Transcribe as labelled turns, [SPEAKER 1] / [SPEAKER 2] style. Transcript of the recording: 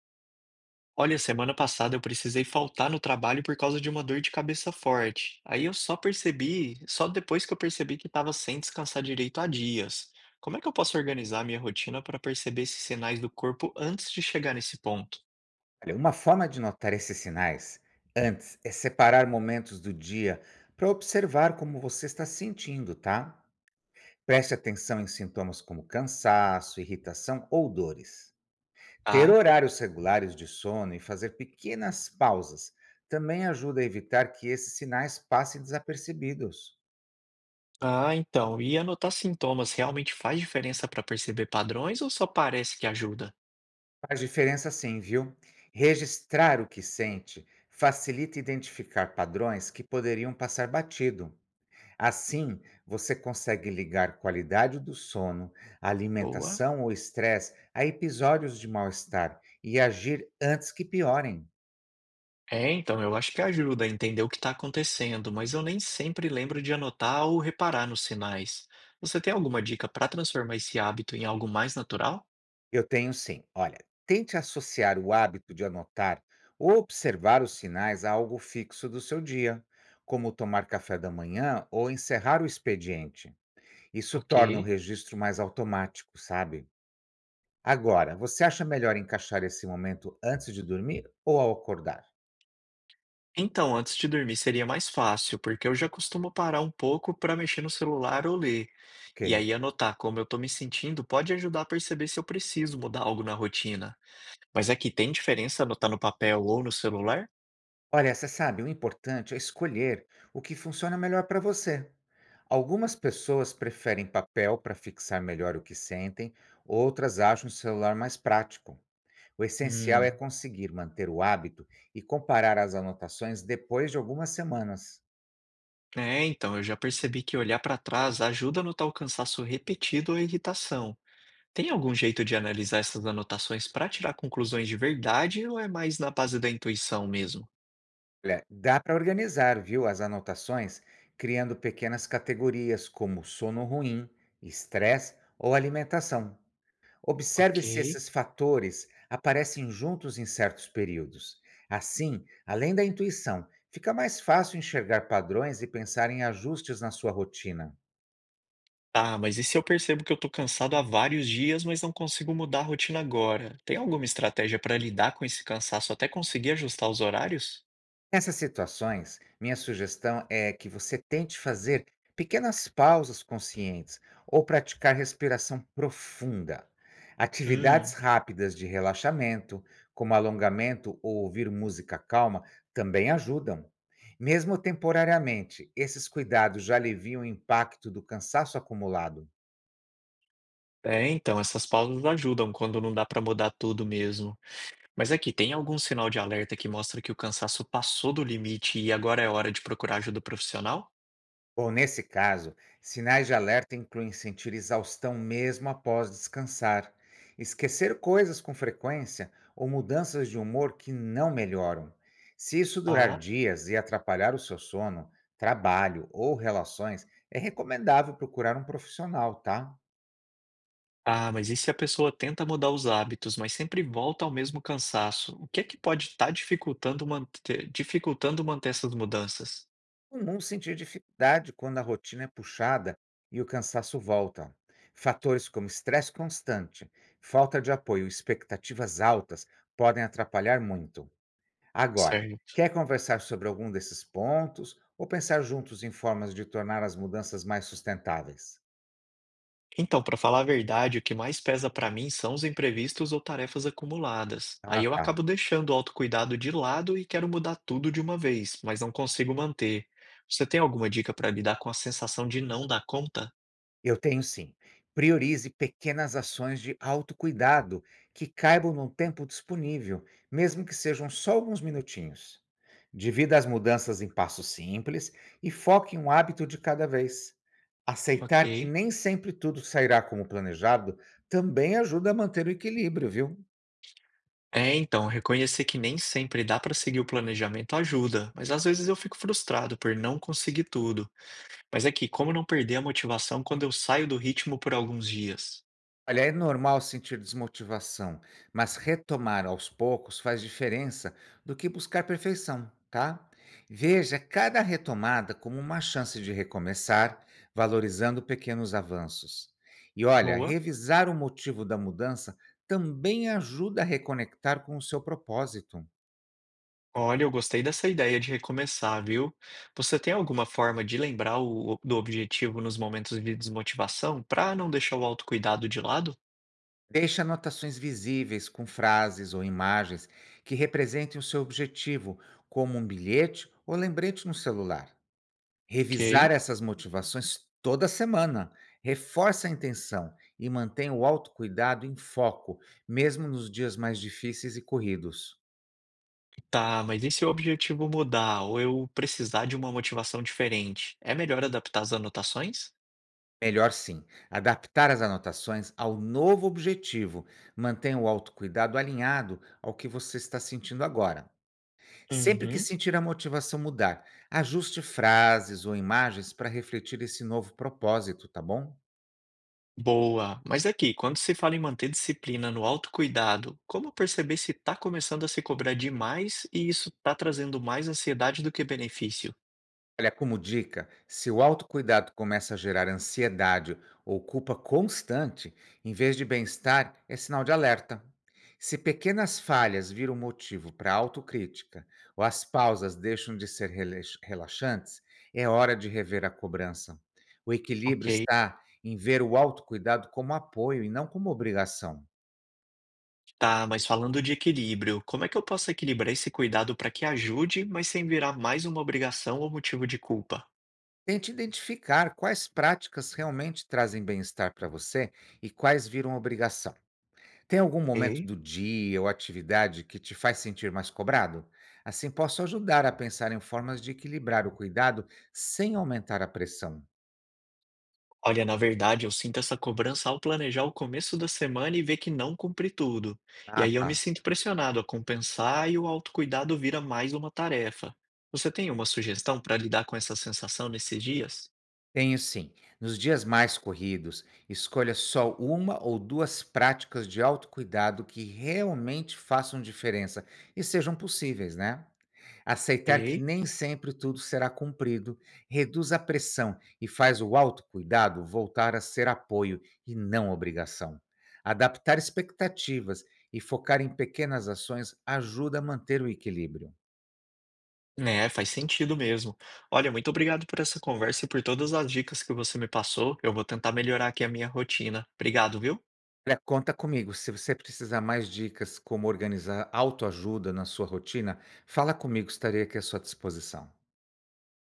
[SPEAKER 1] Olha, semana passada eu precisei faltar no trabalho por causa de uma dor de cabeça forte. Aí eu só percebi, só depois que eu percebi que estava sem descansar direito há dias. Como é que eu posso organizar a minha rotina para perceber esses sinais do corpo antes de chegar nesse ponto?
[SPEAKER 2] Olha, uma forma de notar esses sinais antes é separar momentos do dia para observar como você está sentindo, tá? Preste atenção em sintomas como cansaço, irritação ou dores. Ter
[SPEAKER 1] Ah,
[SPEAKER 2] horários regulares de sono e fazer pequenas pausas também ajuda a evitar que esses sinais passem desapercebidos.
[SPEAKER 1] então, e anotar sintomas realmente faz diferença para perceber padrões ou só parece que ajuda?
[SPEAKER 2] Faz diferença sim, viu? Registrar o que sente facilita identificar padrões que poderiam passar batido. Assim, você consegue ligar qualidade do sono,
[SPEAKER 1] Boa.
[SPEAKER 2] alimentação ou estresse a episódios de mal-estar e agir antes que piorem.
[SPEAKER 1] É, então, eu acho que ajuda a entender o que está acontecendo, mas eu nem sempre lembro de anotar ou reparar nos sinais. Você tem alguma dica para transformar esse hábito em algo mais natural?
[SPEAKER 2] Eu tenho sim. Olha, tente associar o hábito de anotar ou observar os sinais a algo fixo do seu dia, como tomar café da manhã ou encerrar o expediente. Isso
[SPEAKER 1] Ok.
[SPEAKER 2] torna o registro mais automático, sabe? Agora, você acha melhor encaixar esse momento antes de dormir ou ao acordar?
[SPEAKER 1] Então, antes de dormir seria mais fácil, porque eu já costumo parar um pouco para mexer no celular ou ler.
[SPEAKER 2] Ok.
[SPEAKER 1] E aí anotar como eu estou me sentindo pode ajudar a perceber se eu preciso mudar algo na rotina. Mas é que tem diferença anotar no papel ou no celular?
[SPEAKER 2] Olha, você sabe, o importante é escolher o que funciona melhor para você. Algumas pessoas preferem papel para fixar melhor o que sentem, outras acham o celular mais prático. O essencial é
[SPEAKER 1] Hum.
[SPEAKER 2] conseguir manter o hábito e comparar as anotações depois de algumas semanas.
[SPEAKER 1] É, então, eu já percebi que olhar para trás ajuda a notar o cansaço repetido ou a irritação. Tem algum jeito de analisar essas anotações para tirar conclusões de verdade ou é mais na base da intuição mesmo?
[SPEAKER 2] Olha, dá para organizar, viu, as anotações criando pequenas categorias como sono ruim, estresse ou alimentação. Observe se
[SPEAKER 1] Ok.
[SPEAKER 2] esses fatores aparecem juntos em certos períodos. Assim, além da intuição, fica mais fácil enxergar padrões e pensar em ajustes na sua rotina.
[SPEAKER 1] Tá, mas e se eu percebo que eu tô cansado há vários dias, mas não consigo mudar a rotina agora? Tem alguma estratégia para lidar com esse cansaço até conseguir ajustar os horários?
[SPEAKER 2] Nessas situações, minha sugestão é que você tente fazer pequenas pausas conscientes ou praticar respiração profunda. Atividades
[SPEAKER 1] Hum.
[SPEAKER 2] rápidas de relaxamento, como alongamento ou ouvir música calma, também ajudam. Mesmo temporariamente, esses cuidados já aliviam o impacto do cansaço acumulado.
[SPEAKER 1] É, então, essas pausas ajudam quando não dá para mudar tudo mesmo. Mas aqui, tem algum sinal de alerta que mostra que o cansaço passou do limite e agora é hora de procurar ajuda profissional?
[SPEAKER 2] Bom, nesse caso, sinais de alerta incluem sentir exaustão mesmo após descansar, esquecer coisas com frequência ou mudanças de humor que não melhoram. Se isso durar
[SPEAKER 1] Ah,
[SPEAKER 2] dias e atrapalhar o seu sono, trabalho ou relações, é recomendável procurar um profissional, tá?
[SPEAKER 1] Mas e se a pessoa tenta mudar os hábitos, mas sempre volta ao mesmo cansaço? O que é que pode estar dificultando manter, essas mudanças?
[SPEAKER 2] É comum sentir dificuldade quando a rotina é puxada e o cansaço volta. Fatores como estresse constante, falta de apoio e expectativas altas podem atrapalhar muito. Agora,
[SPEAKER 1] Certo.
[SPEAKER 2] quer conversar sobre algum desses pontos ou pensar juntos em formas de tornar as mudanças mais sustentáveis?
[SPEAKER 1] Então, para falar a verdade, o que mais pesa para mim são os imprevistos ou tarefas acumuladas.
[SPEAKER 2] Ah,
[SPEAKER 1] Aí eu
[SPEAKER 2] tá.
[SPEAKER 1] acabo deixando o autocuidado de lado e quero mudar tudo de uma vez, mas não consigo manter. Você tem alguma dica para lidar com a sensação de não dar conta?
[SPEAKER 2] Eu tenho sim. Priorize pequenas ações de autocuidado que caibam no tempo disponível, mesmo que sejam só alguns minutinhos. Divida as mudanças em passos simples e foque em um hábito de cada vez. Aceitar que
[SPEAKER 1] Ok.
[SPEAKER 2] nem sempre tudo sairá como planejado também ajuda a manter o equilíbrio, viu?
[SPEAKER 1] É, então, reconhecer que nem sempre dá para seguir o planejamento ajuda, mas às vezes eu fico frustrado por não conseguir tudo. Mas aqui, como não perder a motivação quando eu saio do ritmo por alguns dias?
[SPEAKER 2] Olha, é normal sentir desmotivação, mas retomar aos poucos faz diferença do que buscar perfeição, tá? Veja cada retomada como uma chance de recomeçar, valorizando pequenos avanços. E olha,
[SPEAKER 1] Boa.
[SPEAKER 2] revisar o motivo da mudança também ajuda a reconectar com o seu propósito.
[SPEAKER 1] Olha, eu gostei dessa ideia de recomeçar, viu? Você tem alguma forma de lembrar do objetivo nos momentos de desmotivação para não deixar o autocuidado de lado?
[SPEAKER 2] Deixe anotações visíveis com frases ou imagens que representem o seu objetivo, como um bilhete ou lembrete no celular. Revisar
[SPEAKER 1] Ok.
[SPEAKER 2] essas motivações toda semana reforça a intenção e mantém o autocuidado em foco, mesmo nos dias mais difíceis e corridos.
[SPEAKER 1] Tá, mas e se o objetivo mudar ou eu precisar de uma motivação diferente? É melhor adaptar as anotações?
[SPEAKER 2] Melhor sim, adaptar as anotações ao novo objetivo, mantém o autocuidado alinhado ao que você está sentindo agora. Sempre que
[SPEAKER 1] Uhum.
[SPEAKER 2] sentir a motivação mudar, ajuste frases ou imagens para refletir esse novo propósito, tá bom?
[SPEAKER 1] Boa! Mas aqui, quando se fala em manter disciplina no autocuidado, como perceber se está começando a se cobrar demais e isso está trazendo mais ansiedade do que benefício?
[SPEAKER 2] Olha, como dica, se o autocuidado começa a gerar ansiedade ou culpa constante, em vez de bem-estar, é sinal de alerta. Se pequenas falhas viram motivo para autocrítica ou as pausas deixam de ser relaxantes, é hora de rever a cobrança. O equilíbrio
[SPEAKER 1] Ok.
[SPEAKER 2] está em ver o autocuidado como apoio e não como obrigação.
[SPEAKER 1] Tá, mas falando de equilíbrio, como é que eu posso equilibrar esse cuidado para que ajude, mas sem virar mais uma obrigação ou motivo de culpa?
[SPEAKER 2] Tente identificar quais práticas realmente trazem bem-estar para você e quais viram obrigação. Tem algum momento do dia ou atividade que te faz sentir mais cobrado? Assim, posso ajudar a pensar em formas de equilibrar o cuidado sem aumentar a pressão.
[SPEAKER 1] Olha, na verdade, eu sinto essa cobrança ao planejar o começo da semana e ver que não cumpri tudo. E
[SPEAKER 2] Ah,
[SPEAKER 1] aí eu me
[SPEAKER 2] tá.
[SPEAKER 1] sinto pressionado a compensar e o autocuidado vira mais uma tarefa. Você tem uma sugestão para lidar com essa sensação nesses dias?
[SPEAKER 2] Tenho sim. Nos dias mais corridos, escolha só uma ou duas práticas de autocuidado que realmente façam diferença e sejam possíveis, né? Aceitar que
[SPEAKER 1] Ei,
[SPEAKER 2] nem sempre tudo será cumprido reduz a pressão e faz o autocuidado voltar a ser apoio e não obrigação. Adaptar expectativas e focar em pequenas ações ajuda a manter o equilíbrio.
[SPEAKER 1] né, faz sentido mesmo. Olha, muito obrigado por essa conversa e por todas as dicas que você me passou. Eu vou tentar melhorar aqui a minha rotina. Obrigado, viu?
[SPEAKER 2] Olha, conta comigo. Se você precisar mais dicas como organizar autoajuda na sua rotina, fala comigo, estarei aqui à sua disposição.